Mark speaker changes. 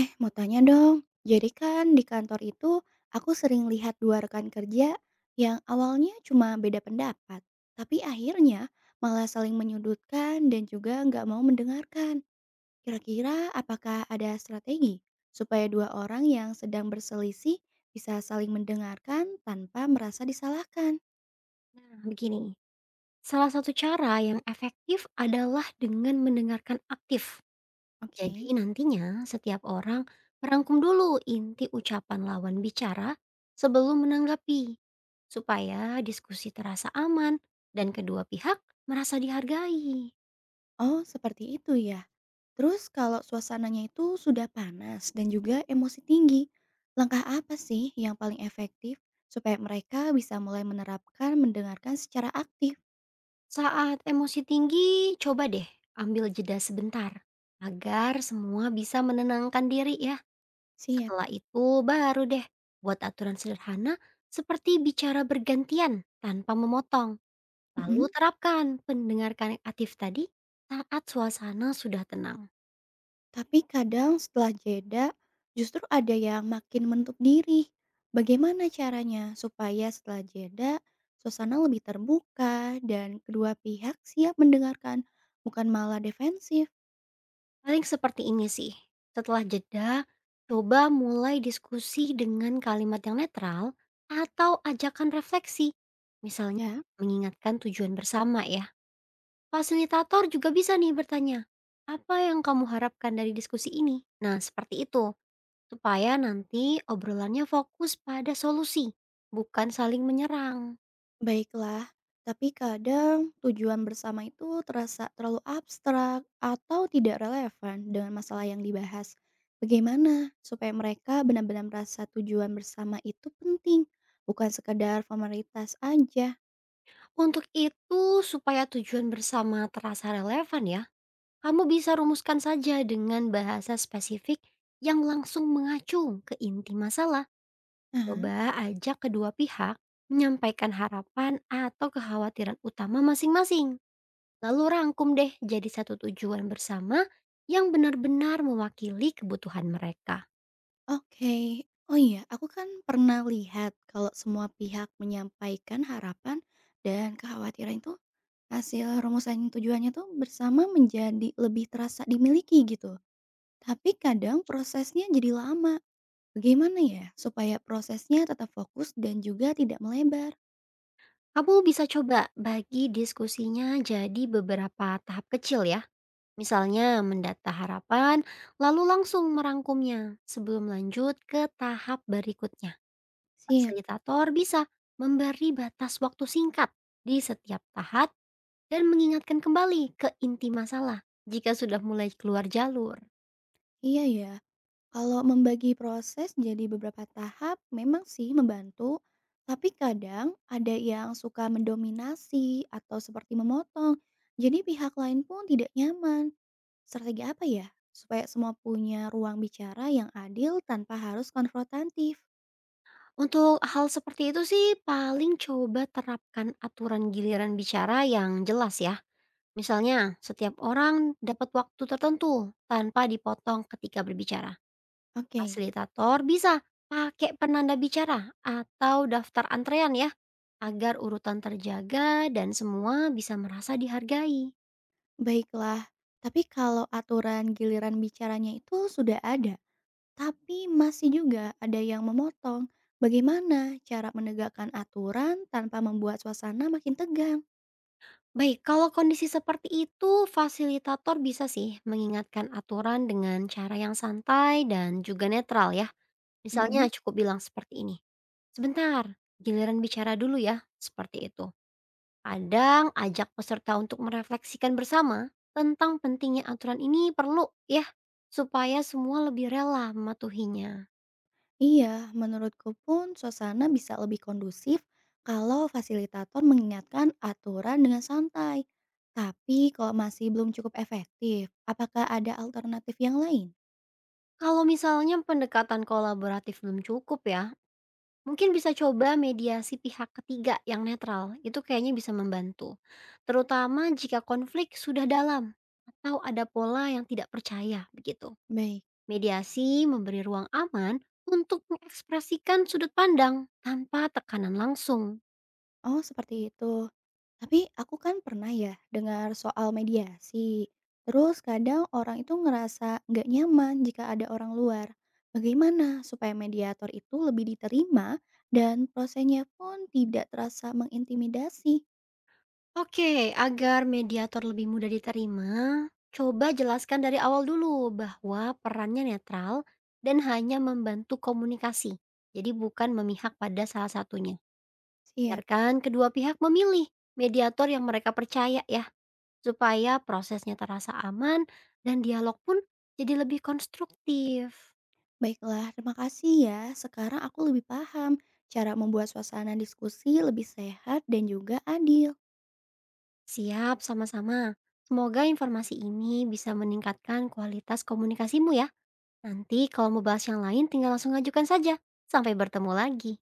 Speaker 1: Mau tanya dong. Jadi kan di kantor itu aku sering lihat dua rekan kerja yang awalnya cuma beda pendapat, tapi akhirnya malah saling menyudutkan dan juga nggak mau mendengarkan. Kira-kira apakah ada strategi supaya dua orang yang sedang berselisih bisa saling mendengarkan tanpa merasa disalahkan?
Speaker 2: Nah, begini, salah satu cara yang efektif adalah dengan mendengarkan aktif. Jadi
Speaker 1: Oke.
Speaker 2: nantinya setiap orang merangkum dulu inti ucapan lawan bicara sebelum menanggapi, supaya diskusi terasa aman dan kedua pihak merasa dihargai.
Speaker 1: Oh, seperti itu ya. Terus kalau suasananya itu sudah panas dan juga emosi tinggi, langkah apa sih yang paling efektif supaya mereka bisa mulai menerapkan mendengarkan secara aktif?
Speaker 2: Saat emosi tinggi, coba deh ambil jeda sebentar agar semua bisa menenangkan diri ya.
Speaker 1: Siap.
Speaker 2: Setelah itu baru deh buat aturan sederhana seperti bicara bergantian tanpa memotong. Lalu
Speaker 1: Mm-mm.
Speaker 2: terapkan pendengarkan aktif tadi saat suasana sudah tenang.
Speaker 1: Tapi kadang setelah jeda justru ada yang makin menutup diri. Bagaimana caranya supaya setelah jeda suasana lebih terbuka dan kedua pihak siap mendengarkan, bukan malah defensif,
Speaker 2: Paling seperti ini sih. Setelah jeda, coba mulai diskusi dengan kalimat yang netral atau ajakan refleksi. Misalnya
Speaker 1: ya?
Speaker 2: mengingatkan tujuan bersama ya. Fasilitator juga bisa nih bertanya, apa yang kamu harapkan dari diskusi ini? Nah, seperti itu, supaya nanti obrolannya fokus pada solusi, bukan saling menyerang.
Speaker 1: Baiklah, tapi kadang tujuan bersama itu terasa terlalu abstrak atau tidak relevan dengan masalah yang dibahas. Bagaimana supaya mereka benar-benar merasa tujuan bersama itu penting, bukan sekedar formalitas aja?
Speaker 2: Untuk itu, supaya tujuan bersama terasa relevan ya, kamu bisa rumuskan saja dengan bahasa spesifik yang langsung mengacu ke inti masalah.
Speaker 1: Aha.
Speaker 2: Coba ajak kedua pihak menyampaikan harapan atau kekhawatiran utama masing-masing. Lalu rangkum deh jadi satu tujuan bersama yang benar-benar mewakili kebutuhan mereka.
Speaker 1: Oke, oh iya, aku kan pernah lihat kalau semua pihak menyampaikan harapan dan kekhawatiran itu, hasil rumusan tujuannya tuh bersama menjadi lebih terasa dimiliki gitu. Tapi kadang prosesnya jadi lama. Bagaimana ya supaya prosesnya tetap fokus dan juga tidak melebar?
Speaker 2: Kamu bisa coba bagi diskusinya jadi beberapa tahap kecil ya. Misalnya mendata harapan, lalu langsung merangkumnya sebelum lanjut ke tahap berikutnya.
Speaker 1: Sip,
Speaker 2: Fasilitator bisa memberi batas waktu singkat di setiap tahap dan mengingatkan kembali ke inti masalah jika sudah mulai keluar jalur.
Speaker 1: iya ya. Kalau membagi proses jadi beberapa tahap memang sih membantu, tapi kadang ada yang suka mendominasi atau seperti memotong. Jadi pihak lain pun tidak nyaman. Strategi apa ya? Supaya semua punya ruang bicara yang adil tanpa harus konfrontatif.
Speaker 2: Untuk hal seperti itu sih paling coba terapkan aturan giliran bicara yang jelas ya. Misalnya, setiap orang dapat waktu tertentu tanpa dipotong ketika berbicara.
Speaker 1: Oke.
Speaker 2: Fasilitator bisa pakai penanda bicara atau daftar antrean ya, agar urutan terjaga dan semua bisa merasa dihargai.
Speaker 1: Baiklah, tapi kalau aturan giliran bicaranya itu sudah ada, tapi masih juga ada yang memotong, bagaimana cara menegakkan aturan tanpa membuat suasana makin tegang?
Speaker 2: Baik, kalau kondisi seperti itu, fasilitator bisa sih mengingatkan aturan dengan cara yang santai dan juga netral ya.
Speaker 1: Mhm.
Speaker 2: Misalnya cukup bilang seperti ini. Sebentar, giliran bicara dulu ya, seperti itu. Kadang ajak peserta untuk merefleksikan bersama tentang pentingnya aturan ini perlu ya, supaya semua lebih rela mematuhinya.
Speaker 1: Iya, menurutku pun suasana bisa lebih kondusif kalau fasilitator mengingatkan aturan dengan santai. Tapi kalau masih belum cukup efektif, apakah ada alternatif yang lain?
Speaker 2: Kalau misalnya pendekatan kolaboratif belum cukup ya, mungkin bisa coba mediasi pihak ketiga yang netral, itu kayaknya bisa membantu. Terutama jika konflik sudah dalam atau ada pola yang tidak percaya begitu.
Speaker 1: Baik.
Speaker 2: Mediasi memberi ruang aman untuk mengekspresikan sudut pandang tanpa tekanan langsung.
Speaker 1: Oh, seperti itu. Tapi aku kan pernah ya dengar soal mediasi. Terus kadang orang itu ngerasa nggak nyaman jika ada orang luar. Bagaimana supaya mediator itu lebih diterima dan prosesnya pun tidak terasa mengintimidasi?
Speaker 2: Oke, agar mediator lebih mudah diterima, coba jelaskan dari awal dulu bahwa perannya netral dan hanya membantu komunikasi. Jadi bukan memihak pada salah satunya.
Speaker 1: Siap.
Speaker 2: Biarkan kedua pihak memilih mediator yang mereka percaya ya, supaya prosesnya terasa aman dan dialog pun jadi lebih konstruktif.
Speaker 1: Baiklah, terima kasih ya. Sekarang aku lebih paham cara membuat suasana diskusi lebih sehat dan juga adil.
Speaker 2: Siap, sama-sama. Semoga informasi ini bisa meningkatkan kualitas komunikasimu ya. Nanti kalau mau bahas yang lain tinggal langsung ajukan saja. Sampai bertemu lagi.